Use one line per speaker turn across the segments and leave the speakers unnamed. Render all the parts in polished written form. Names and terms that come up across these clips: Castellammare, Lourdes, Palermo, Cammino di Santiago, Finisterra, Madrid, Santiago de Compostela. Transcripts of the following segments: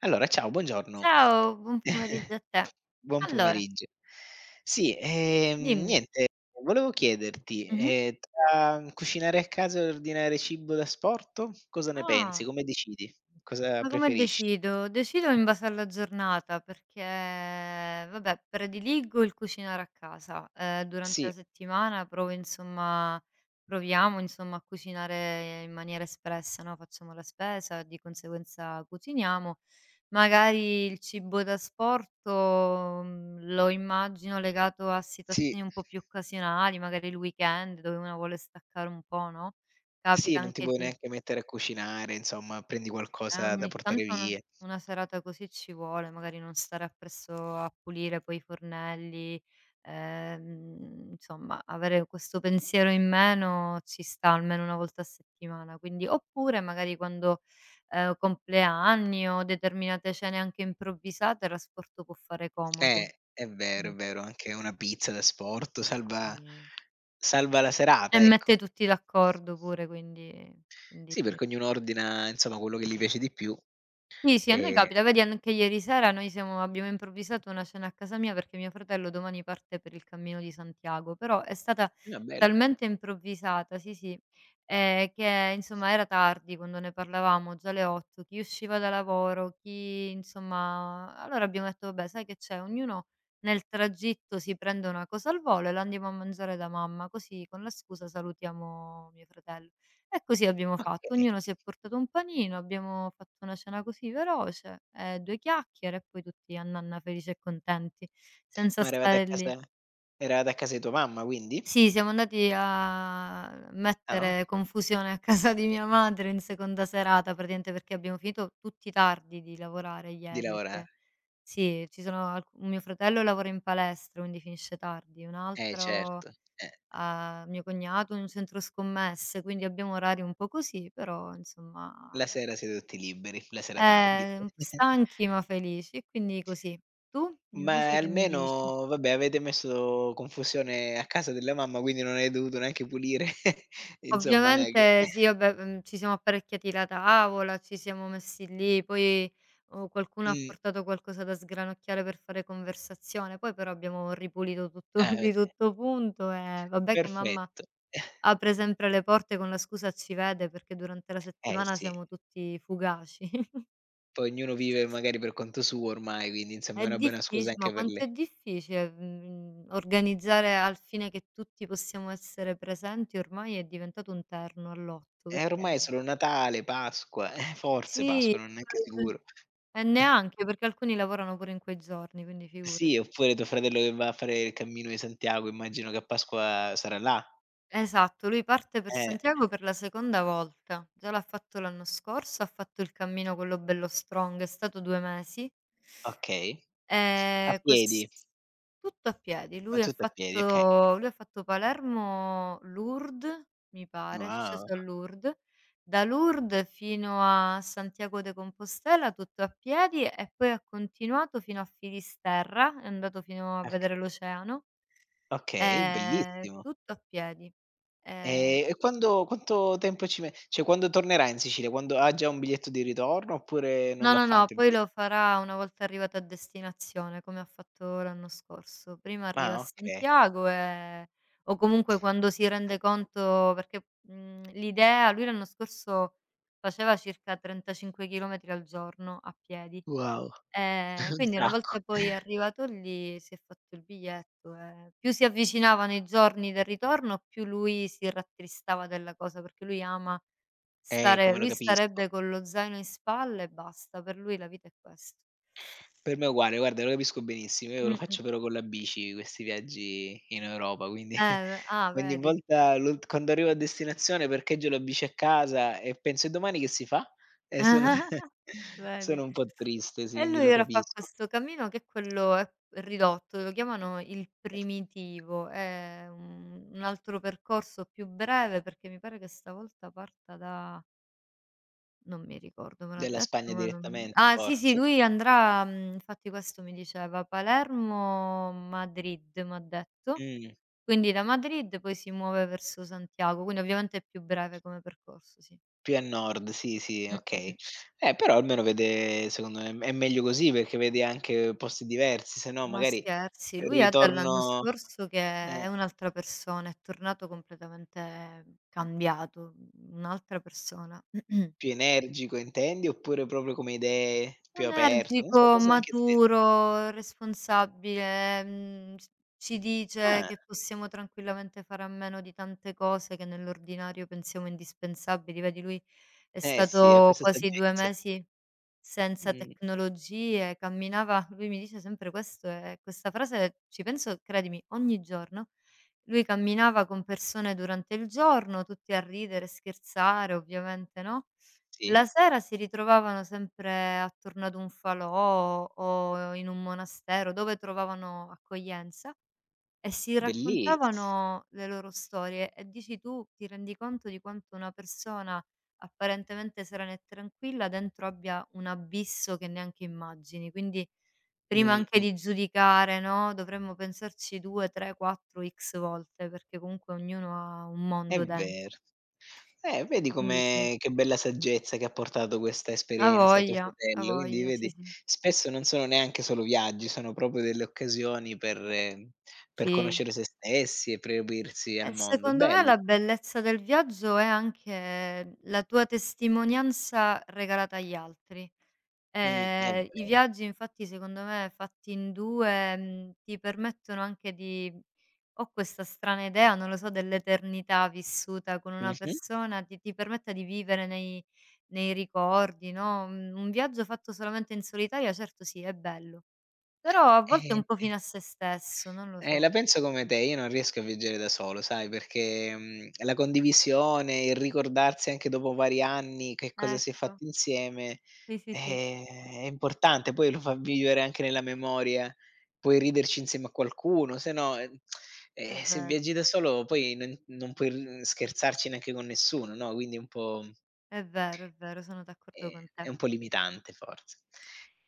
Allora, ciao, buongiorno.
Ciao, buon pomeriggio a te.
Buon
Allora,
pomeriggio. Sì,
dimmi.
niente, volevo chiederti,
Mh-mh.
tra cucinare a casa e ordinare cibo da asporto, cosa ne pensi?
Ah.
Come decidi? Cosa
Ma come
preferisci?
decido? Decido in base alla giornata perché, vabbè, prediligo il cucinare a casa. Durante la
Sì,
settimana provo insomma proviamo insomma a cucinare in maniera espressa, no, facciamo la spesa, di conseguenza cuciniamo. Magari il cibo da asporto, lo immagino legato a
sì,
situazioni un po' più occasionali, magari il weekend dove uno vuole staccare un po', no,
sì,
capita
non ti
anche
vuoi
di
neanche mettere a cucinare, insomma, prendi qualcosa da
ogni
portare
tanto una
via.
una serata così ci vuole, magari non stare appresso a pulire poi i fornelli. Insomma, avere questo pensiero in meno ci sta almeno una volta a settimana, quindi, oppure magari quando, compleanni o determinate cene anche improvvisate, l'asporto può fare comodo. Mh,
È vero, anche una pizza da asporto salva
quindi
salva la
e
serata,
mette
ecco.
tutti d'accordo pure, quindi quindi
Sì, perché
quindi
ognuno ordina, insomma, quello che gli piace di più,
Sì, sì, a noi
ehm
capita. Vedi, anche ieri sera noi siamo abbiamo improvvisato una cena a casa mia perché mio fratello domani parte per il Cammino di Santiago, però è stata
ah, bello,
talmente improvvisata. Sì, sì, che insomma era tardi quando ne parlavamo, già le 8, chi usciva da lavoro, chi insomma, allora abbiamo detto: "Vabbè, sai che c'è? Ognuno nel tragitto si prende una cosa al volo e la andiamo a mangiare da mamma, così con la scusa salutiamo mio fratello." E così abbiamo fatto,
okay.
ognuno si è portato un panino, abbiamo fatto una cena così veloce, 2 chiacchiere e poi tutti a nanna felici e contenti, senza
Ma eravate a
stare lì.
casa Eravate a casa di tua mamma quindi?
Sì, siamo andati a
Ah, o
mettere confusione a casa di mia madre in seconda serata, praticamente perché abbiamo finito tutti tardi di lavorare
di
ieri,
lavorare.
perché sì, ci sono alc un mio fratello lavora in palestra, quindi finisce tardi, un altro
Certo. Eh,
a mio cognato in un centro scommesse, quindi abbiamo orari un po' così, però insomma,
la sera siete tutti liberi, la sera tardi.
stanchi ma felici e quindi così. Tu
Ma
invece che mi dici?
almeno, vabbè, avete messo confusione a casa della mamma, quindi non hai dovuto neanche pulire, insomma che
Ovviamente sì, vabbè, ci siamo apparecchiati la tavola, ci siamo messi lì, poi, qualcuno ha
mh,
portato qualcosa da sgranocchiare per fare conversazione, poi però abbiamo ripulito tutto
ah,
di
avete
tutto punto, e vabbè che mamma
perfetto.
apre sempre le porte con la scusa: "Ci vede", perché durante la
Eh
settimana
sì,
siamo tutti fugaci.
poi ognuno vive magari per conto suo ormai, quindi insomma è
È
una buona scusa
diffici Ma
anche per
quanto
le.
è difficile, organizzare al fine che tutti possiamo essere presenti? Ormai è diventato un terno all'otto, perché
Ormai è solo Natale, Pasqua, forse
sì,
Pasqua, non è neanche sicuro.
e neanche, perché alcuni lavorano pure in quei giorni, quindi
Sì,
figurati.
oppure tuo fratello che va a fare il Cammino di Santiago, immagino che a Pasqua sarà là.
Esatto, lui parte per
Eh,
Santiago per la seconda volta. Già l'ha fatto l'anno scorso, ha fatto il cammino quello bello strong, è stato 2 mesi.
okay. A
Ques
piedi,
Tutto a piedi.
ma tutto a piedi, okay.
Lui ha fatto Palermo Lourdes, mi pare, è
Wow,
sceso a Lourdes, da Lourdes fino a Santiago de Compostela tutto a piedi, e poi ha continuato fino a Finisterra, è andato fino a
oc
vedere l'oceano,
okay, bellissimo.
tutto a piedi. Ehm
E quando quanto tempo ci me cioè quando tornerà in Sicilia? Quando ha già un biglietto di ritorno oppure non
No,
l'ha
no, no,
fatto il
poi
biglie
lo farà una volta arrivato a destinazione, come ha fatto l'anno scorso. Prima arriva a
ah, okay.
Santiago, o comunque quando si rende conto, perché, l'idea, lui l'anno scorso faceva circa 35 chilometri al giorno a piedi.
Wow, un
Quindi, una
sacco.
volta poi arrivato lì, si è fatto il biglietto, e più si avvicinavano i giorni del ritorno, più lui si rattristava della cosa, perché
Come lo
lui
capisco.
starebbe con lo zaino in spalla e basta, per lui la vita è questo.
Per me è uguale, guarda lo capisco benissimo. Io lo
Mh-mh.
faccio però con la bici questi viaggi in Europa, quindi
Eh, v ah
ogni
vedi.
volta l'ult quando arrivo a destinazione parcheggio la bici a casa e penso: "E domani che si fa?" E sono
Vedi.
sono un po' triste, sì,
E
quindi
lui
lo
ora fa
capisco.
questo cammino che è quello, è ridotto, lo chiamano il primitivo, è un altro percorso più breve, perché mi pare che stavolta parta da, non mi ricordo, me l'ha
Della
detto,
Spagna
ma non,
direttamente
sì, sì,
forse?
lui andrà, infatti questo mi diceva, Palermo, Madrid m'ha detto,
Mh,
quindi da Madrid poi si muove verso Santiago, quindi ovviamente è più breve come percorso, sì.
più a nord, sì, sì,
Mh, mh,
okay.
mh.
Però almeno vede secondo me è meglio così perché vedi anche posti diversi, se no
Ma
magari
scherzi, lui è dall'anno
ritorno
scorso che
eh.
è un'altra persona, è tornato completamente cambiato, un'altra persona.
Più energico intendi, oppure proprio come idee, più aperto? Non
Energico,
so, cosa in che senso?
maturo, responsabile, mhmm, c ci dice
Ah,
che possiamo tranquillamente fare a meno di tante cose che nell'ordinario pensiamo indispensabili. Vedi, lui è
eh sì, ha
stato
questa
quasi 2
saggezza.
mesi senza
Mh,
tecnologie, camminava, lui mi dice sempre questo, e questa frase ci penso, credimi, ogni giorno. Lui camminava con persone durante il giorno, tutti a ridere, scherzare, ovviamente, no, la
sì,
sera si ritrovavano sempre attorno ad un falò o in un monastero dove trovavano accoglienza, e si
belliss
raccontavano le loro storie, e dici tu, ti rendi conto di quanto una persona apparentemente serena e tranquilla dentro abbia un abisso che neanche immagini. Quindi, prima anche
mh-mh,
di giudicare, no, dovremmo pensarci 2, 3, 4, x volte, perché comunque ognuno ha un
è
mondo dentro.
vero.
E
Vedi
quindi sì.
come che bella saggezza che ha portato questa esperienza tuo
A
fratello, quindi
voglia, sì,
vedi,
sì.
spesso non sono neanche solo viaggi, sono proprio delle occasioni per
Sì.
conoscere se stessi e per aprirsi al
E
mondo.
secondo me la
Bello.
bellezza del viaggio è anche la tua testimonianza regalata agli altri.
È
I
vero.
viaggi, infatti, secondo me fatti in 2, ti permettono anche di ho questa strana idea, non lo so, dell'eternità vissuta con una
Mh-mh.
persona, ti permetta di vivere nei ricordi, no, un viaggio fatto solamente in solitaria certo sì, è bello, però a volte è un po'
Eh.
fine a sé stesso, non lo
La
so.
penso come te, io non riesco a viaggiare da solo, sai, perché, la condivisione, il ricordarsi anche dopo vari anni che cosa si è
Ecco,
fatto insieme,
sì, sì, sì.
ehm, è importante, poi lo fa vivere anche nella memoria, puoi riderci insieme a qualcuno, se no,
È
se
vero,
viaggi da solo poi non puoi r scherzarci neanche con nessuno, no, quindi
è vero, è vero, sono d'accordo
ehm,
con
è
te.
un po' limitante forse.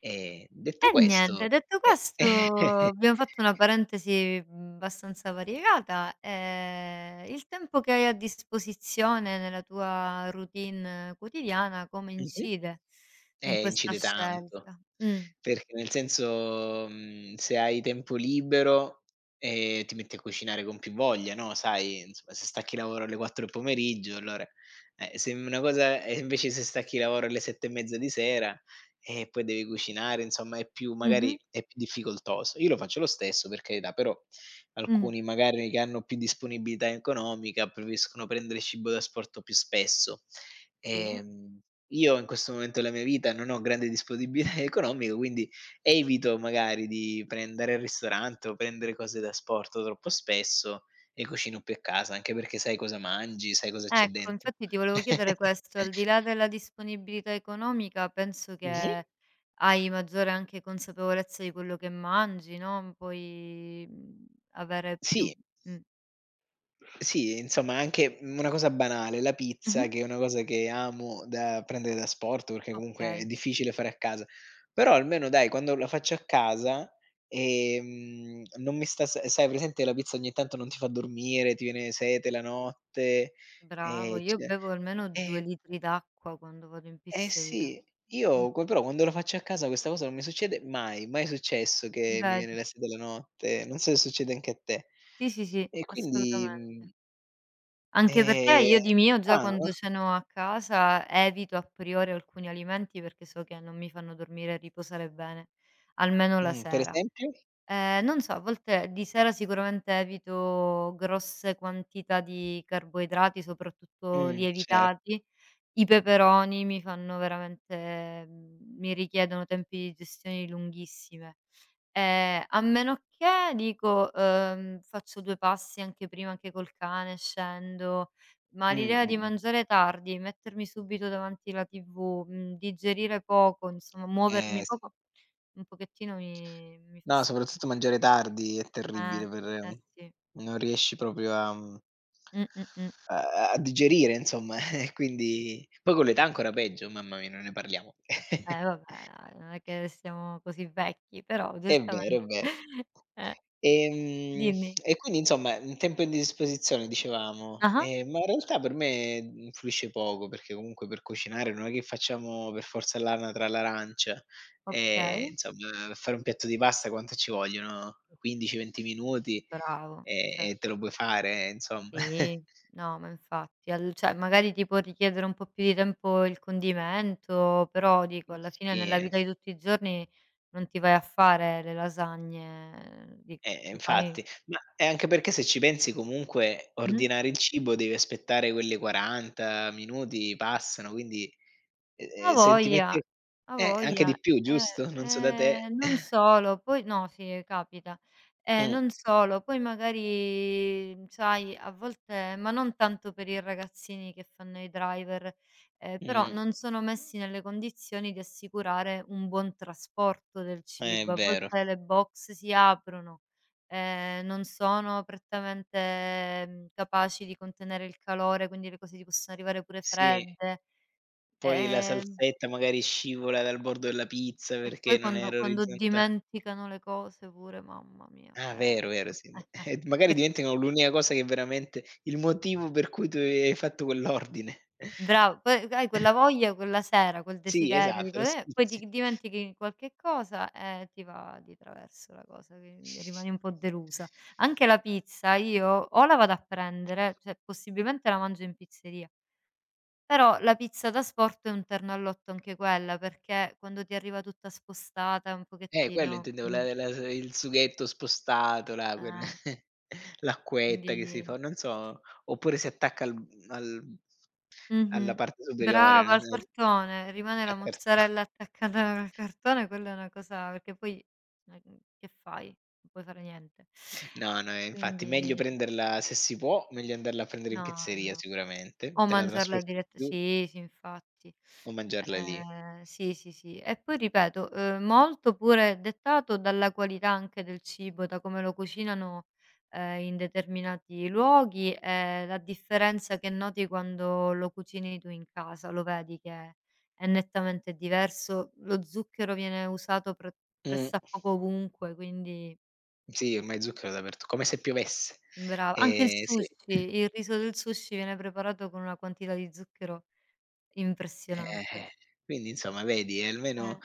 Detto
E niente,
questo
detto questo
mh-mh.
abbiamo fatto una parentesi, abbastanza variegata, il tempo che hai a disposizione nella tua routine quotidiana come incide in questa
Incide tanto,
scelta? Mh.
perché nel senso, se hai tempo libero, ti metti a cucinare con più voglia, no, sai, insomma, se stacchi lavoro alle 4 del pomeriggio allora se una cosa e invece se stacchi lavoro alle 7 e mezza di sera, e poi devi cucinare, insomma è più
Mh-mh.
magari è più difficoltoso. Io lo faccio lo stesso, per carità, però
Mh.
alcuni magari che hanno più disponibilità economica preferiscono prendere cibo da asporto più spesso.
Sì.
Ehm, io in questo momento della mia vita non ho grande disponibilità economica, quindi evito magari di prendere il ristorante o prendere cose da asporto troppo spesso e cucino più a casa, anche perché sai cosa mangi, sai cosa c'è
Ecco,
dentro.
infatti ti volevo chiedere questo, al di là della disponibilità economica penso
Mh-mh.
che hai maggiore anche consapevolezza di quello che mangi, no, puoi, avere più
Sì.
mh.
Sì, insomma anche, una cosa banale, la pizza
Mh-mh.
che è una cosa che amo da prendere da asporto, perché comunque è
Okay,
difficile fare a casa. Però almeno dai, quando la faccio a casa, non mi sta s sai presente la pizza ogni tanto non ti fa dormire, ti viene sete la notte,
bravo.
c
Io bevo almeno 2
eh,
litri d'acqua quando vado in
eh
pizzeria.
sì,
Mh,
io co però quando la faccio a casa questa cosa non mi succede mai, mai è successo che mi viene
Vedi.
la sete la notte, non so se succede anche a te.
Sì, sì, sì,
E quindi, mhmm.
assolutamente. Anche perché
Ehm,
io di mio, già
strano, no?
quando ceno a casa, evito a priori alcuni alimenti perché so che non mi fanno dormire e riposare bene, almeno la
Per
sera.
esempio?
Non so, a volte di sera sicuramente evito grosse quantità di carboidrati, soprattutto
Cer
lievitati. I peperoni mi fanno veramente, mi richiedono tempi di gestione lunghissime. A meno che, dico, faccio 2 passi anche prima, anche col cane, scendo, ma l'idea di
mh.
mangiare tardi, mettermi subito davanti la TV, digerire poco, insomma
Eh
muovermi
sì.
poco, un pochettino mi fa
No,
star
soprattutto
male.
mangiare tardi è
Eh,
terribile per mm,
eh sì.
non riesci proprio a
Mh, mh, mh.
a digerire insomma, e quindi poi con l'età ancora peggio, mamma mia, non ne parliamo.
Eh vabbè dai, non è che siamo così vecchi, però
È vero,
giustamente.
è vero.
eh,
Ehm,
Dimmi.
e quindi insomma, un tempo a disposizione dicevamo,
Ah-ah,
ma in realtà per me, influisce poco, perché comunque per cucinare non è che facciamo per forza l'anatra all'arancia,
okay,
insomma per fare un piatto di pasta quanto ci vogliono? 15, 20 minuti,
bravo, ce
e te lo puoi fare insomma.
Sì, no, ma infatti, al cioè magari ti può richiedere un po' più di tempo il condimento, però dico alla fine
Sì,
nella vita di tutti i giorni non ti vai a fare le lasagne, dico, ti fai.
infatti. Ma è anche perché se ci pensi comunque
Mh-mh.
ordinare il cibo devi aspettare quelle 40 minuti passano, quindi
A'
E se ti
voglia,
metti
a'
anche
voglia.
di più, giusto? Non so da te.
Non solo, poi, no, sì, capita.
Mh.
Non solo, poi magari, sai, a volte, ma non tanto per i ragazzini che fanno i driver, però
Mh,
non sono messi nelle condizioni di assicurare un buon trasporto del
è
cibo. A
vero.
volte le box si aprono, non sono prettamente, capaci di contenere il calore, quindi le cose ti possono arrivare pure
Sì,
fredde.
poi la
Ehm
salsetta magari scivola dal bordo della pizza
e
perché
poi
non
quando
era
quando
orizzontale.
dimenticano le cose pure, mamma mia,
Ah, vero,
eh.
vero, sì. Magari
Che
diventano l'unica cosa che veramente il motivo per cui tu hai fatto quell'ordine.
brava, poi hai quella voglia, quella sera, quel
Sì,
desiderio di
esatto, lo
e poi ti
sfizi.
dimentichi qualche cosa e ti va di traverso la cosa, quindi rimani un po' delusa. Anche la pizza io, o la vado a prendere, cioè possibilmente la mangio in pizzeria, però la pizza da sport è un terno al lotto anche quella, perché quando ti arriva tutta spostata un
Quello
pochettino
intendevo, la la s il sughetto spostato, là, quel
eh,
l'acquetta che si
quindi.
fa, non so, oppure si attacca al alla
Mh-mh.
parte superiore,
Brava,
non
al
so,
cartone, rimane
a
la
cart
mozzarella attaccata al cartone, quella è una cosa perché poi, che fai? Non puoi fare niente.
No, no, infatti
Quindi
meglio prenderla se si può, meglio andarla a prendere in
no, no,
pizzeria
no.
sicuramente,
O
te la
mangiarla
trasporti
dirett
giù
sì, sì, infatti.
o mangiarla lì.
Sì, sì, sì. E poi ripeto, molto pure dettato dalla qualità anche del cibo, da come lo cucinano, in determinati luoghi, e la differenza che noti quando lo cucini tu in casa, lo vedi che è nettamente diverso. Lo zucchero viene usato pre
Mh,
pressappoco ovunque, quindi
sì, ormai zucchero dappertu come se piovesse.
brava. Anche il
Sì.
sushi, il riso del sushi viene preparato con una quantità di zucchero
Eh,
impressionante.
eh. Quindi insomma vedi,
Eh,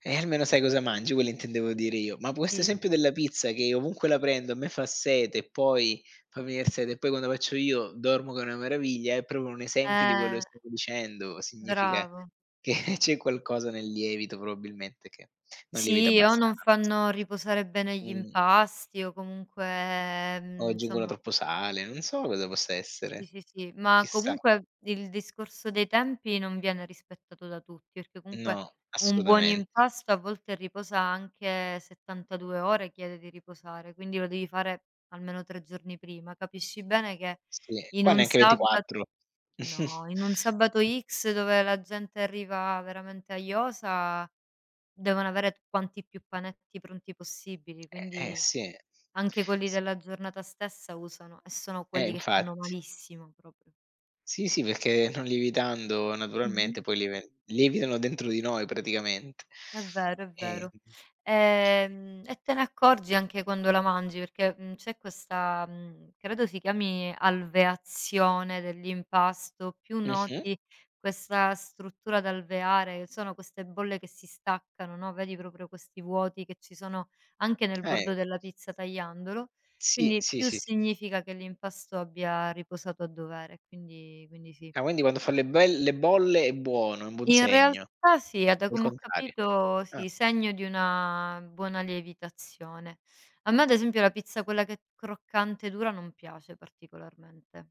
e almeno sai cosa mangi, quello intendevo
sì.
dire io. Ma questo
Sì,
esempio
sì.
della pizza che ovunque la prendo a me fa sete e poi fa venir sete e poi quando faccio io dormo che è una meraviglia, è proprio un esempio di quello
Eh,
che stavo dicendo. Significa
bravo.
che c'è qualcosa nel lievito probabilmente che non lievita
Sì, o non
abbastanza.
fanno riposare bene gli
Mh,
impasti, o comunque,
o aggiungono
insomma.
troppo sale, non so cosa possa
Sì,
essere.
sì, sì, ma
Chissà.
comunque il discorso dei tempi non viene rispettato da tutti, perché comunque
No,
un buon
assolutamente.
impasto a volte riposa anche 72 ore, chiede di riposare, quindi lo devi fare almeno 3 giorni prima. Capisci bene che
Sì,
in
qua
un
neanche
sabba
24.
no, in un sabato X dove la gente arriva veramente aiosa, devono avere t quanti più panetti pronti possibili, quindi
Sì.
anche quelli
S
della giornata stessa usano, e sono quelli che fanno
infatti.
malissimo proprio.
Sì, sì, perché non lievitando naturalmente poi lievitano dentro di noi praticamente.
È vero, è
Ehm
vero. E te ne accorgi anche quando la mangi perché, c'è questa, credo si chiami alveazione dell'impasto, più
mh-mh.
noti questa struttura da alveare, sono queste bolle che si staccano, no, vedi proprio questi vuoti che ci sono anche nel
Eh,
bordo della pizza tagliandolo,
sì,
quindi
sì,
più
sì, sì.
significa che l'impasto abbia riposato a dovere, quindi sì.
Ah, quindi quando fa le bolle è buono, è un buon
In
segno,
realtà
o
sì, e da
il
come ho
contrario.
capito
Ah,
sì, segno di una buona lievitazione. A me ad esempio la pizza quella che è croccante e dura non piace particolarmente.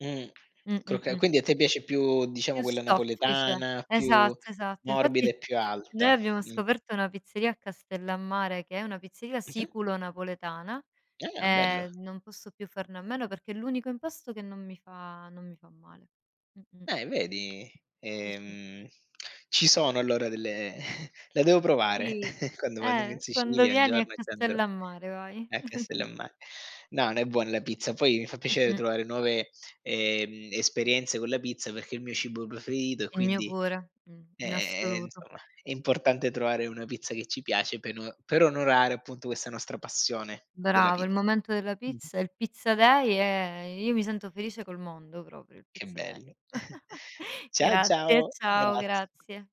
mh.
Mh, mh,
Crocca
mh.
quindi a te piace più, diciamo,
Più
quella
soffice.
napoletana, più
Esatto, esatto.
morbida
Infatti
e più
noi
alta.
abbiamo
Mh.
scoperto una pizzeria a Castellammare che è una pizzeria
Mh-mh.
siculo-napoletana,
Ah,
e
bello.
non posso più farne a meno perché è l'unico impasto che non mi fa male. Mh-mh.
Vedi?
Sì, sì.
Ehm, ci sono allora delle la devo provare
Sì,
quando vado in
quando
Sicilia un
vieni a
giorno ci andrò.
Castellammare vai.
A Castellammare. No, no, è buona la pizza. Poi mi fa piacere
Mh-mh,
trovare nuove, esperienze con la pizza perché è il mio cibo preferito e
il mio
quindi,
pure, in assoluto.
insomma, è importante trovare una pizza che ci piace per no per onorare appunto questa nostra passione della
Bravo, il
pizza.
momento della
Mh-mh.
pizza, il pizza day, è io mi sento felice col mondo proprio, il
Che
pizza day.
bello. Ciao,
Grazie,
ciao,
ciao,
grazie.
grazie.